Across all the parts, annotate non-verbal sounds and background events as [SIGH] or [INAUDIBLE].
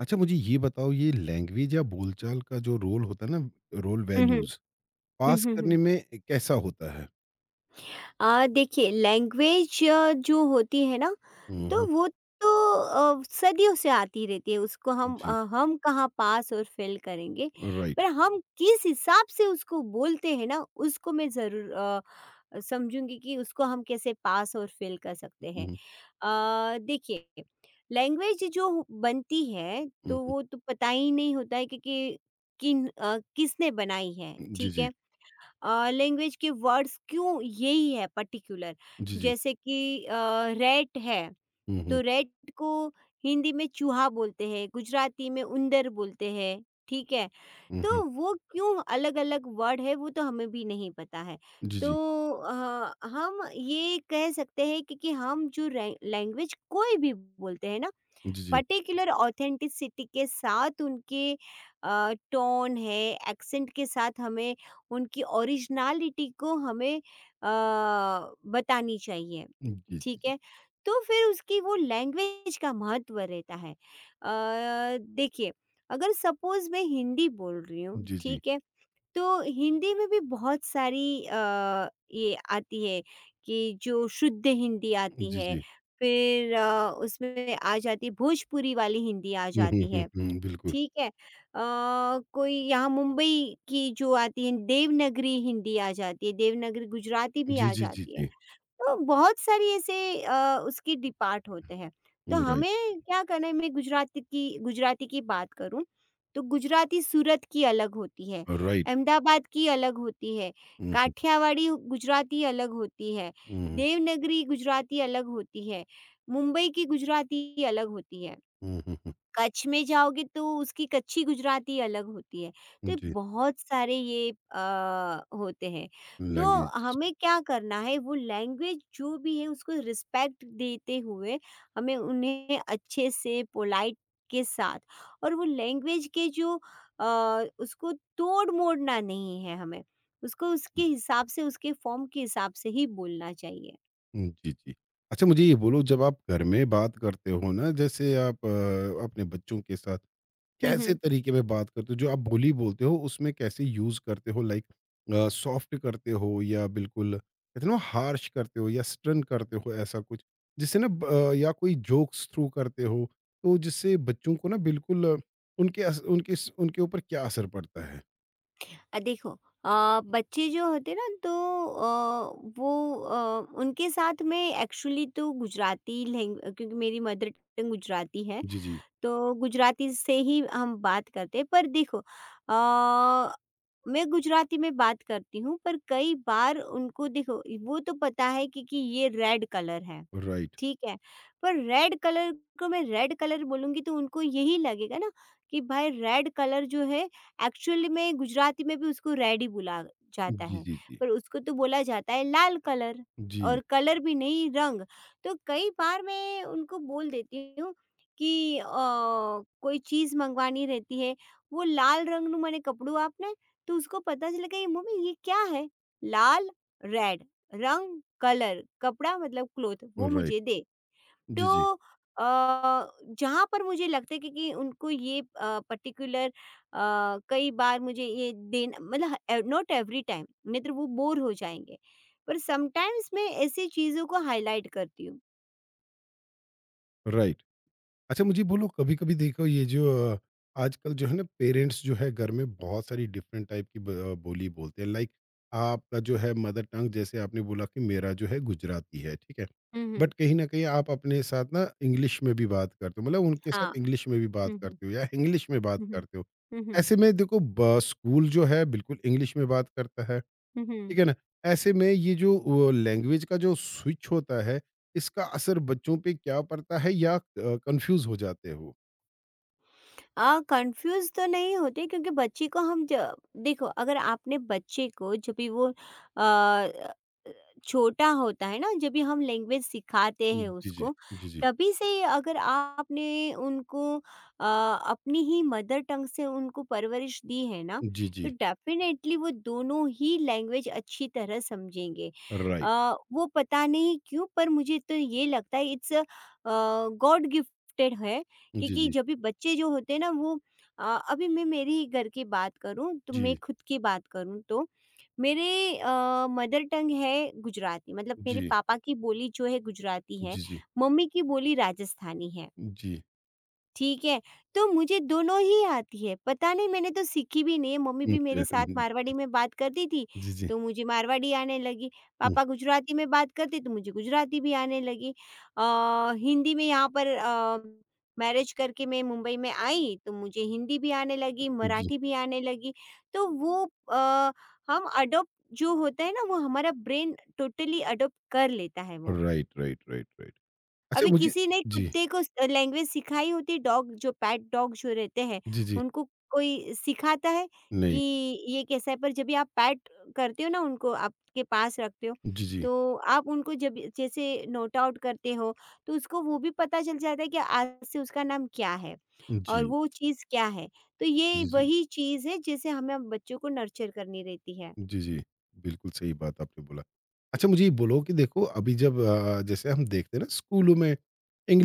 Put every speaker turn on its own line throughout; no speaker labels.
अच्छा, मुझे ये बताओ, ये लैंग्वेज या बोलचाल का जो रोल होता है ना, रोल
हुँ, हुँ।
वैल्यूज
हुँ,
पास
हुँ,
करने
हुँ।
में कैसा होता है?
देखिए लैंग्वेज जो होती है ना,
हुँ,
तो
हुँ।
वो तो सदियों से आती रहती है, उसको हम अ,
जी,
हम कहाँ पास और फ़ेल करेंगे।
राइट।
पर हम किस हिसाब से उसको बोलते हैं ना, उसको मैं ज़रूर समझूँगी कि उसको हम कैसे पास और फ़ेल कर सकते हैं।
हुँ,
देखिए लैंग्वेज जो बनती है,
हुँ,
तो
हुँ।
वो तो पता ही नहीं होता है कि किसने बनाई है,
जी,
ठीक
जी।
है? लैंग्वेज के वर्ड्स क्यों यही है पर्टिकुलर,
जी, जी।
जैसे कि रेट है।
हुँ,
तो
हुँ।
रेट को हिंदी में चूहा बोलते हैं, गुजराती में उंदर बोलते हैं, ठीक है।
हुँ, हुँ।
तो वो क्यों अलग अलग वर्ड है, वो तो हमें भी नहीं पता है।
जी,
तो
जी।
हम ये कह सकते हैं कि हम जो लैंग्वेज कोई भी बोलते हैं ना,
जी, जी।
पर्टिकुलर ऑथेंटिसिटी के साथ उनके टोन है, एक्सेंट के साथ हमें उनकी ओरिजिनलिटी को हमें बतानी चाहिए,
जी, जी,
ठीक
जी।
है? तो फिर उसकी वो लैंग्वेज का महत्व रहता है। देखिए, अगर सपोज़ मैं हिंदी बोल रही हूँ,
जी, जी।
ठीक है? तो हिंदी में भी बहुत सारी ये आती है कि जो शुद्ध हिंदी आती
जी,
है,
जी।
फिर उसमें आ जाती है, भोजपुरी वाली हिंदी आ
हुँ, हुँ,
जाती
हुँ,
है,
हुँ, बिल्कुल।
ठीक है? कोई यहाँ मुंबई की जो आती है, देवनागरी हिंदी आ जाती है, देवनागरी गुजराती भी
जी,
आ
जी, जी,
जाती है।
जी।
तो बहुत सारी ऐसे उसके डिपार्ट होते हैं। तो
राइट,
हमें क्या करना है, मैं गुजराती की बात करूँ, तो गुजराती सूरत की अलग होती है,
राइट।
अहमदाबाद की अलग होती है,
हुँ, हुँ।
काठियावाड़ी गुजराती अलग होती है,
हुँ, हुँ,
देवनागरी गुजराती अलग होती है, मुंबई की गुजराती अलग होती है।
हुँ, हुँ, हुँ।
कच्छ में जाओगे तो उसकी कच्ची गुजराती अलग होती है। तो
जी,
बहुत सारे ये होते हैं। तो
लैंग्वेज।
हमें क्या करना है, वो लैंग्वेज जो भी है उसको रिस्पेक्ट देते हुए हमें उन्हें अच्छे से पोलाइट के साथ, और वो लैंग्वेज के जो उसको तोड़-मोड़ना नहीं है हमें। उसको उसके हिसाब से उसके फ़ॉर्म के हिसाब से ही बोलना चाहिए।
हुँ, जी, जी। अच्छा, मुझे ये बोलो, जब आप घर में बात करते हो ना, जैसे आप अपने बच्चों के साथ कैसे
[LAUGHS]
तरीके में बात करते हो? जो आप बोली बोलते हो उसमें कैसे यूज़ करते हो, लाइक सॉफ्ट करते हो या बिल्कुल कहते हैं ना, हार्श करते हो या स्टर्न करते हो, ऐसा कुछ? जिससे ना या कोई जोक्स थ्रू करते हो, तो जिससे बच्चों को ना बिल्कुल उनके अस उनके स उनके ऊपर क्या असर पड़ता है?
देखो, अ, बच्चे जो होते हैं ना, तो वो उनके साथ में एक्चुअली तो गुजराती लैंग, क्योंकि मेरी मदर टंग गुजराती है।
जी, जी।
तो गुजराती से ही हम बात करते हैं। पर देखो, मैं गुजराती में बात करती हूँ पर कई बार उनको देखो, वो तो पता है कि ये रेड कलर है,
राइट।
ठीक है। पर रेड कलर को मैं रेड कलर बोलूँगी तो उनको यही लगेगा ना कि भाई रेड कलर जो है, एक्चुअली में गुजराती में भी उसको रेड ही बोला जाता
जी,
है,
जी, जी।
पर उसको तो बोला जाता है लाल कलर,
जी,
और कलर भी नहीं, रंग। तो कई बार मैं उनको बोल देती हूँ कि कोई चीज़ मंगवानी रहती है, "वो લાલ રંગનું મને કપડું આપને." तो उसको पता चलेगा ये मम्मी ये क्या है? लाल, रेड। रंग, कलर, कपड़ा मतलब क्लॉथ वो
राइट।
मुझे दे।
जी,
तो
जी।
अ, जहाँ पर मुझे लगता है कि उनको ये पर्टिकुलर, कई बार मुझे ये देना, मतलब ह नॉट एवरी टाइम, नहीं तो वो बोर हो जाएँगे। पर समटाइम्स मैं ऐसी चीज़ों को हाइलाइट करती हूँ।
राइट। अच्छा, मुझे बोलो, कभी कभी देखो, ये जो अ, आजकल जो है ना, पेरेंट्स जो है घर में बहुत सारी डिफरेंट टाइप की बोली बोलते हैं, लाइक आपका जो है मदर टंग, जैसे आपने बोला कि मेरा जो है गुजराती है, ठीक है,
हुँ, हुँ।
बट कहीं ना कहीं आप अपने साथ ना इंग्लिश में भी बात करते हो, मतलब उनके
हाँ।
साथ इंग्लिश में भी बात
हुँ, हुँ।
करते हो या इंग्लिश में बात
हुँ, हुँ।
करते हो,
हुँ, हुँ।
ऐसे में देखो, स्कूल जो है बिल्कुल इंग्लिश में बात करता है,
हुँ, हुँ।
ठीक है ना? ऐसे में ये जो लैंग्वेज का जो स्विच होता है, इसका असर बच्चों पे क्या पड़ता है, या कन्फ्यूज़ हो जाते हो?
कन्फ्यूज़ तो नहीं होते क्योंकि बच्चे को हम ज देखो, अगर आपने बच्चे को जब भी वो अ छोटा होता है ना, जब भी हम लैंग्वेज सिखाते हैं
जी, जी।
उसको,
जी, जी।
तभी से अगर आपने उनको अपनी ही मदर टंग से उनको परवरिश दी है ना,
जी,
तो
जी।
डेफिनेटली वो दोनों ही लैंग्वेज अच्छी तरह समझेंगे।
राइट।
वो पता नहीं क्यों, पर मुझे तो ये लगता है इट्स गॉड गिफ्टेड है।
जी,
क्योंकि
जी।
जब भी बच्चे जो होते हैं ना, वो अ, अभी मैं मेरे ही घर की बात करूं, तो
जी।
मैं खुद की बात करूं, तो मेरे अ, मदर टंग है गुजराती, मतलब मेरे
जी।
पापा की बोली जो है गुजराती है,
जी, जी।
मम्मी की बोली राजस्थानी है।
जी।
ठीक है, तो मुझे दोनों ही आती है। पता नहीं, मैंने तो सीखी भी नहीं है,
[LAUGHS]
मम्मी भी
अच्छा,
मेरे साथ मारवाड़ी में बात करती थी,
जी, जी।
तो मुझे मारवाड़ी आने लगी।
हुँ,
पापा गुजराती में बात करते, तो मुझे गुजराती भी आने लगी। अ, हिंदी में यहाँ पर मैरिज करके मैं मुंबई में आई, तो मुझे हिंदी भी आने लगी,
जी।
मराठी भी आने लगी। तो वो अ, हम अडॉप्ट जो होता है ना, वो हमारा ब्रेन टोटली अडॉप्ट कर लेता है वो।
Right, right, right, right. अच्छा,
अभी
मुझे।
किसी ने
जी।
कुत्ते को लैंग्वेज सिखाई होती? डॉग जो, पैट डॉग जो रहते हैं
जी, जी।
उनको कोई सिखाता है कि
नहीं।
ये कैसा है? पर जब भी आप पैट करते हो ना, उनको आपके पास रखते हो,
जी, जी।
तो आप उनको जब जैसे नोट आउट करते हो, तो उसको वो भी पता चल जाता है कि आज से उसका नाम क्या है और
जी।
वो चीज़ क्या है। तो ये
जी, जी।
वही चीज़ है, जैसे हमें बच्चों को नर्चर करनी रहती है।
जी, जी। बिल्कुल सही बात आपने बोला। अच्छा, मुझे ये बोलो कि देखो, अभी जब जैसे हम देखते हैं ना, स्कूलों में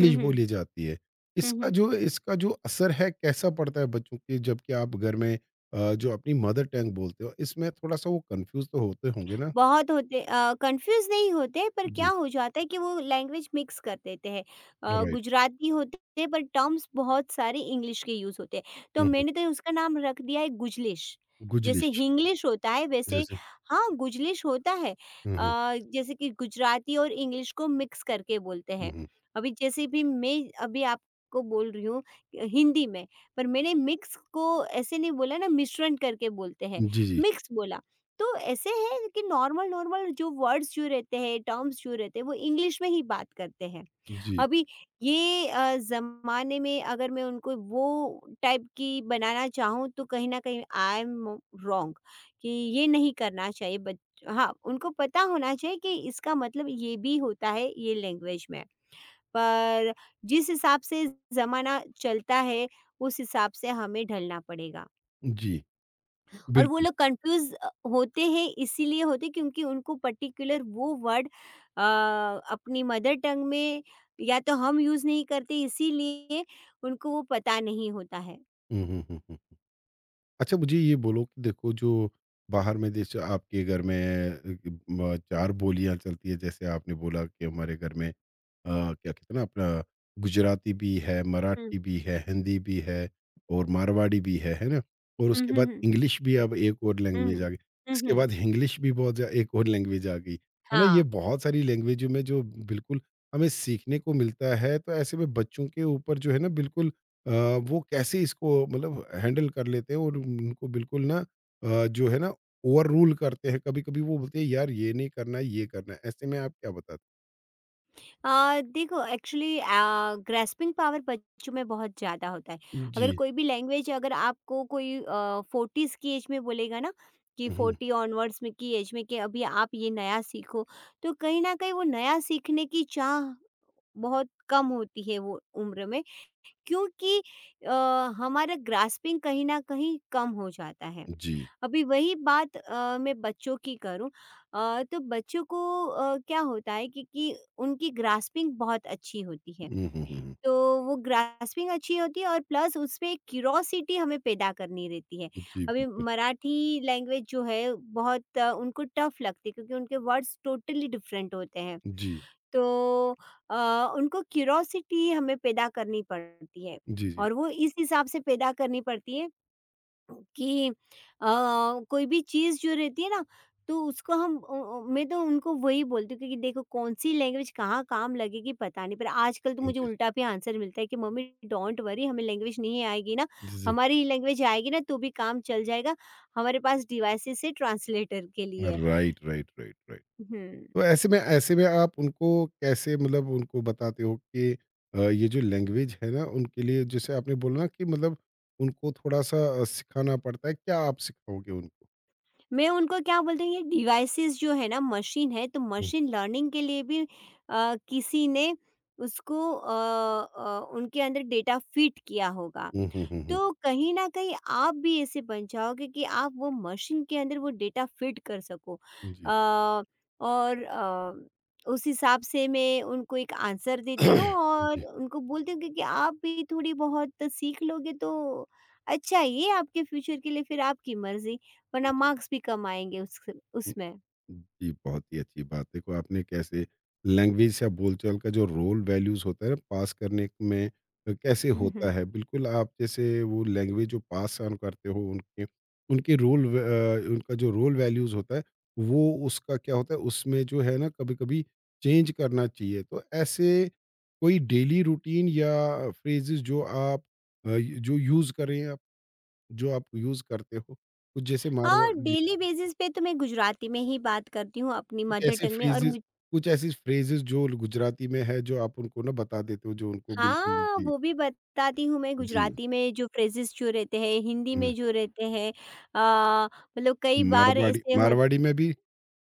हुँ, हुँ,
बोली जाती है।
हुँ,
इसका
हुँ।
जो इसका जो असर है कैसा पड़ता है बच्चों के, जबकि आप घर में जो अपनी मदर टंग बोलते हो, इसमें थोड़ा-सा वो कन्फ्यूज़ तो होते होंगे ना?
बहुत होते, कन्फ्यूज़ नहीं होते, पर क्या
जी,
हो जाता है कि वो लैंग्वेज मिक्स कर देते हैं।
राइट।
गुजराती होते हैं पर टर्म्स बहुत सारे इंग्लिश के यूज़ होते हैं। तो
हुँ, हुँ।
मैंने तो उसका नाम रख दिया है गुजलिश। जैसे
गुजलिश
हिंग्लिश होता है वैसे
जैसे।
हाँ, गुजलिश होता है।
हुँ, हुँ,
जैसे कि गुजराती और इंग्लिश को मिक्स करके बोलते
हुँ,
हैं।
हुँ।
अभी जैसे भी मैं अभी आपको बोल रही हूँ हिंदी में, पर मैंने मिक्स को ऐसे नहीं बोला ना, मिश्रण करके बोलते हैं,
जी, जी।
मिक्स बोला। तो ऐसे हैं कि नॉर्मल-नॉर्मल जो वर्ड्स जो रहते हैं, टर्म्स जो रहते हैं, वो इंग्लिश में ही बात करते हैं।
जी,
अभी ये ज़माने में अगर मैं उनको वो टाइप की बनाना चाहूँ, तो कहीं न कहीं आई एम रॉन्ग कि ये नहीं करना चाहिए बच हाँ, उनको पता होना चाहिए कि इसका मतलब ये भी होता है, ये लैंग्वेज में। पर जिस हिसाब से ज़माना चलता है, उस हिसाब से हमें ढलना पड़ेगा।
जी।
और वो
बिल्कुल।
लोग कंफ्यूज होते हैं, इसीलिए होते क्योंकि उनको पर्टिकुलर वो वर्ड अपनी मदर टंग में या तो हम यूज़ नहीं करते, इसीलिए उनको वो पता नहीं होता है।
हुँ, हुँ, हुँ, हुँ। अच्छा, मुझे ये बोलो कि देखो, जो बाहर में, जैसे आपके घर में चार बोलियां चलती है, जैसे आपने बोला कि हमारे घर में क्या कहते हैं ना, अपना गुजराती भी है,
हुँ।
मराठी भी है, हिंदी भी है, और मारवाड़ी भी है ना, और
हुँ,
उसके
हुँ,
बाद
हुँ।
इंग्लिश भी, अब एक और
हुँ,
लैंग्वेज
हुँ।
आ गई,
हुँ,
इसके
हुँ।
बाद इंग्लिश भी एक और लैंग्वेज आ गई, है ना, ये
हाँ।
बहुत सारी लैंग्वेजों में जो बिल्कुल हमें सीखने को मिलता है, तो ऐसे में बच्चों के ऊपर जो है ना बिल्कुल अ, वो कैसे इसको मतलब हैंडल कर लेते हैं, और उनको बिल्कुल ना जो है ना ओवर रूल करते हैं कभी-कभी, वो बोलते हैं, यार ये नहीं करना है, ये करना है। ऐसे में आप क्या बताते
देखो, एक्चुअली ग्रैस्पिंग पावर बच्चों में बहुत ज़्यादा होता है।
हैं?
अगर
जी।
कोई भी लैंग्वेज अगर आपको कोई 40s की ऐज में बोलेगा ना, कि
हुँ,
40 ऑनवर्ड्स में की ऐज में, कि अभी आप ये नया सीखो, तो कहीं न कहीं वो नया सीखने की चाह बहुत कम होती है वो उम्र में, क्योंकि अ, हमारा ग्रास्पिंग कहीं न कहीं कम हो जाता है।
जी।
अभी वही बात मैं बच्चों की करूँ, तो बच्चों को क्या होता है कि उनकी ग्रास्पिंग बहुत अच्छी होती है।
हुँ, हुँ, हुँ, हुँ।
तो वो ग्रास्पिंग अच्छी होती है और प्लस उसपे एक क्यूरोसिटी हमें पैदा करनी रहती है।
जी,
अभी
बिल्कुल।
मराठी लैंग्वेज जो है बहुत, उनको टफ़ लगती है, क्योंकि उनके वर्ड्स टोटली डिफ़रेंट होते हैं।
जी।
तो अ, उनको क्यूरोसिटी हमें पैदा करनी पड़ती है,
जी, जी।
और वो इस हिसाब से पैदा करनी पड़ती है कि कोई भी चीज़ जो रहती है ना, तो उसको मैं तो उनको वही बोलती हूँ कि देखो, कौन-सी लैंग्वेज कहाँ काम लगेगी पता नहीं, पर आजकल तो मुझे उल्टा भी आंसर मिलता है कि मम्मी डोंट वरी, हमें लैंग्वेज नहीं आएगी ना,
जी, जी।
हमारी ही लैंग्वेज आएगी ना तो भी काम चल जाएगा, हमारे पास डिवाइसेस है ट्रांसलेटर के लिए।
Right, right, right, right.
हुँ,
तो ऐसे में आप उनको कैसे मतलब उनको बताते हो कि ये जो लैंग्वेज है ना उनके लिए, जैसे आपने बोला ना कि मतलब उनको थोड़ा-सा सिखाना पड़ता है, क्या आप सिखाओगे उनको?
मैं उनको क्या बोलती हूँ, ये डिवाइसेस जो है ना मशीन है। तो मशीन लर्निंग के लिए भी किसी ने उसको अ उनके अंदर डेटा फ़ीड किया होगा।
हुँ, हुँ, हुँ, हुँ।
तो कहीं न कहीं आप भी ऐसे बन जाओगे कि आप वो मशीन के अंदर वो डेटा फ़िट कर सको।
जी।
अ, और उस हिसाब से मैं उनको एक आंसर देती हूँ
[COUGHS] [CLEARS THROAT]
और
जी,
उनको बोलती हूँ कि आप भी थोड़ी बहुत सीख लोगे तो अच्छा है, ये आपके फ्यूचर के लिए, फिर आपकी मर्ज़ी, वरना
जी।
मार्क्स भी कम आएँगे उस
हुँ,
उसमें।
जी, बहुत ही अच्छी बात। देखो, आपने कैसे लैंग्वेज या बोलचाल का जो रोल वैल्यूज़ होता है ना पास करने में कैसे
[LAUGHS]
होता है। बिल्कुल, आप जैसे वो लैंग्वेज जो पास ऑन करते हो उनके, उनके रोल उनका जो रोल वैल्यूज़ होता है, वो उसका क्या होता है, उसमें जो है ना कभी-कभी चेंज करना चाहिए। तो ऐसे कोई डेली रूटीन या फ्रेज़ेज़ जो आप जो यूज़ करें आप? जो आप यूज़ करते हो, कुछ, जैसे मारवा
हाँ,
जी,
डेली बेसिस पे तो मैं गुजराती में ही बात करती हूँ, अपनी
कुछ
मदर
ऐसे
टंग में, और
फ्रेज़ेज़
मुझे।
कुछ ऐसी फ्रेज़ेज़ जो गुजराती में है, जो आप उनको ना बता देते हो, जो उनको बिल्कुल,
हाँ,
जी,
वो भी बताती हूँ। मैं
जी।
गुजराती में जो फ्रेजेस जो रहते हैं, हिंदी
हुँ,
में जो रहते हैं, अ, मतलब कई बार
मारवाड़ी
ऐसे हो,
मारवाड़ी में भी?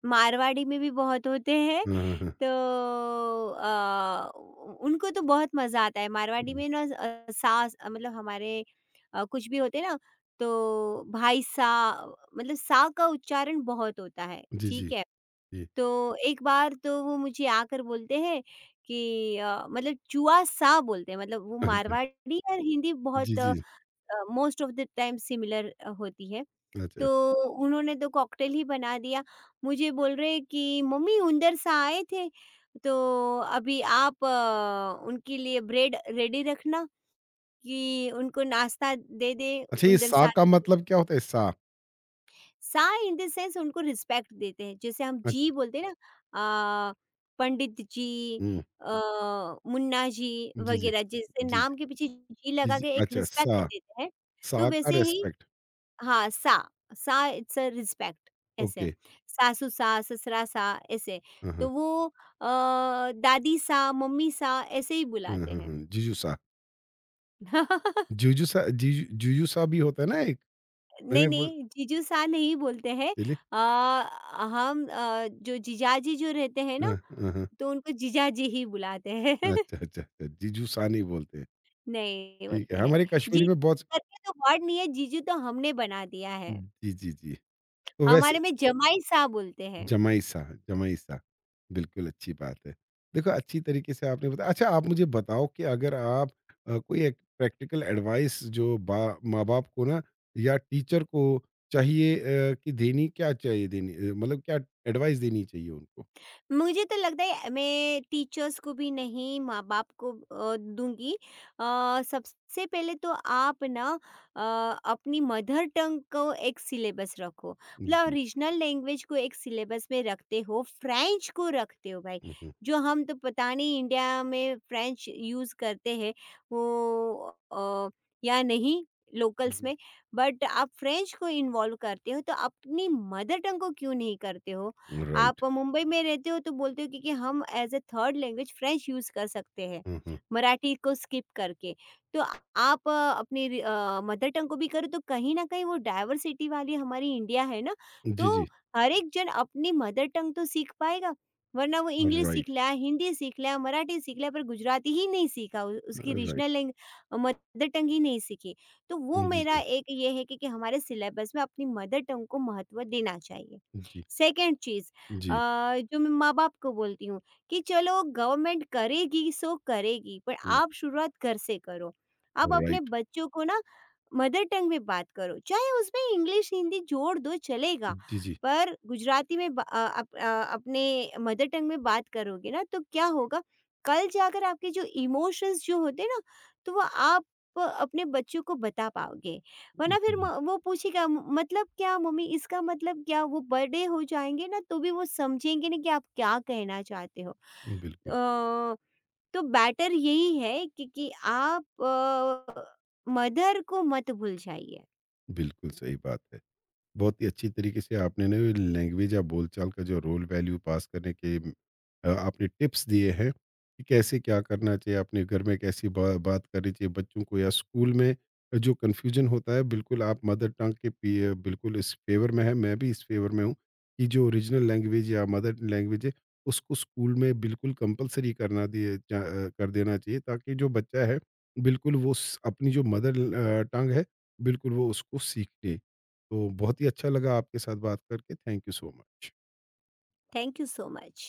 मारवाड़ी में भी बहुत होते हैं,
हाँ, हाँ, हाँ।
तो उ उनको तो बहुत मज़ा आता है। मारवाड़ी
हुँ,
में ना, सास, मतलब हमारे, कुछ भी होते हैं ना, तो भाई सा, मतलब सा का उच्चारण बहुत होता है,
जी, जी,
ठीक है।
जी।
तो एक बार तो वो मुझे आकर बोलते हैं कि मतलब चुआ सा बोलते हैं, मतलब वो
अच्छा,
मारवाड़ी और हिंदी
जी,
बहुत
जी।
Most of the time similar होती है।
अच्छा,
तो उन्होंने तो कॉकटेल ही बना दिया। मुझे बोल रहे हैं कि मम्मी उंदर सा आए थे, तो अभी आप उनके लिए ब्रेड रेडी रखना कि उनको नाश्ता दे दें।
अच्छा, ये
उंदर
सा
सा,
का मतलब क्या होता है? सा?
सा इन द सेंस उनको रिस्पेक्ट देते हैं, जैसे हम जी
अच्छा,
बोलते हैं ना, पंडित जी,
हुँ,
अ, मुन्ना जी
जी, जी।
वगैरह, जैसे
जी, जी,
नाम के पीछे जी
जी,
लगा
जी।
के एक
अच्छा
रिस्पेक्ट
सा,
देते हैं। तो
सा का
वैसे ही,
रिस्पेक्ट,
हाँ, सा, सा इट्स अ रिस्पेक्ट, ऐसे।
ओके।
सासू सा, ससुरा सा, ऐसे।
हाँ, हाँ।
तो वो दादी सा, मम्मी सा ऐसे ही
हाँ,
बुलाते
हाँ,
हैं।
हाँ। जीजू सा,
[LAUGHS]
जीजू सा, जीजू, जीजू सा भी होता है ना, एक?
नहीं,
मैंने
नहीं, जीजू सा नहीं बोलते हैं।
वो
अ, जो जीजाजी जो रहते हैं
हाँ,
ना,
हाँ, हाँ।
तो उनको जीजाजी ही बुलाते हैं। [LAUGHS]
अच्छा, अच्छा, अच्छा। जीजूसानी बोलते हैं।
नहीं
ठीक है,
बोलते हैं।
हमारे कश्मीरी
जी
में बहुत।
करके तो वर्ड नहीं है, जीजू तो हमने बना दिया है।
जी, जी, जी। तो वैसे
हमारे में जमाई साहब बोलते हैं।
जमाईसा, जमाईसा। बिल्कुल अच्छी बात है। देखो, अच्छी तरीके से आपने बताया, अच्छा आप मुझे बताओ कि अगर आप कोई एक प्रैक्टिकल एडवाइस जो बा माँ-बाप को ना, या टीचर को चाहिए कि देनी क्या चाहिए, देनी मतलब क्या एडवाइस देनी चाहिए उनको?
मुझे तो लगता है मैं टीचर्स को भी नहीं, माँ-बाप को दूँगी। सबसे पहले तो आप ना, अ, अपनी मदर टंग को एक सिलेबस रखो। मतलब
जी।
रीजनल लैंग्वेज को एक सिलेबस में रखते हो, फ्रेंच को रखते हो भाई।
हुँ, हुँ,
जो हम तो पता नहीं इंडिया में फ्रेंच यूज़ करते हैं वो या नहीं, लोकल्स
हुँ,
में। बट आप फ्रेंच को इन्वॉल्व करते हो, तो अपनी मदर टंग को क्यों नहीं करते हो?
हुँ। राइट।
आप मुंबई में रहते हो तो बोलते हो कि हम as a third language French use कर सकते हैं,
हुँ, हुँ।
मराठी को स्किप करके। तो आप अपनी मदर टंग को भी करो, तो कहीं न कहीं वो डाइवर्सिटी वाली हमारी इंडिया है ना,
जी,
तो
जी।
हर एक जन अपनी मदर टंग तो सीख पाएगा, वरना वो इंग्लिश सीख
राइट,
रहा है, हिंदी सीख रहा है, मराठी सीख रहा है पर गुजराती ही नहीं सीखा, उ उसकी
राइट।
रीजनल लैंग मदर टंग ही नहीं सीखी। तो वो
जी,
मेरा
जी।
एक ये है कि हमारे सिलेबस में अपनी मदर टंग को महत्व देना चाहिए।
जी।
सेकंड चीज़, अ,
जी,
जो मैं माँ-बाप को बोलती हूँ कि चलो, गवर्नमेंट करेगी सो करेगी, पर
हुँ,
आप शुरुआत घर से करो। आप अपने
राइट।
बच्चों को ना मदर टंग में बात करो, चाहे उसमें इंग्लिश, हिंदी जोड़ दो चलेगा,
जी, जी।
पर गुजराती में ब अ, अप अ, अपने मदर टंग में बात करोगे ना, तो क्या होगा, कल जाकर आपके जो इमोशंस जो होते हैं ना, तो वो आप अपने बच्चों को बता पाओगे। वरना फिर
जी,
वो पूछेगा, मतलब क्या मम्मी, इसका मतलब क्या? वो बड़े हो जाएंगे ना, तो भी वो समझेंगे ना कि आप क्या कहना चाहते हो।
बिल्कुल,
अ, तो बेटर यही है कि आप मदर को मत भूल जाइए।
बिल्कुल सही बात है। बहुत ही अच्छी तरीके से आपने ना लैंग्वेज या बोलचाल का जो रोल वैल्यू पास करने के आपने टिप्स दिए हैं कि कैसे क्या करना चाहिए, अपने घर में कैसी बात करनी चाहिए बच्चों को या स्कूल में, जो कन्फ्यूजन होता है, बिल्कुल आप मदर टंग के बिल्कुल इस फेवर में है, मैं भी इस फेवर में हूँ कि जो ओरिजिनल लैंग्वेज या मदर लैंग्वेज है, उसको स्कूल में बिल्कुल कंपलसरी करना दिए जा- अ, कर देना चाहिए, ताकि जो बच्चा है, बिल्कुल वो अपनी जो मदर टंग है, बिल्कुल वो उसको सीख ले, तो बहुत ही अच्छा लगा आपके साथ बात करके। Thank you so much.
Thank you so much.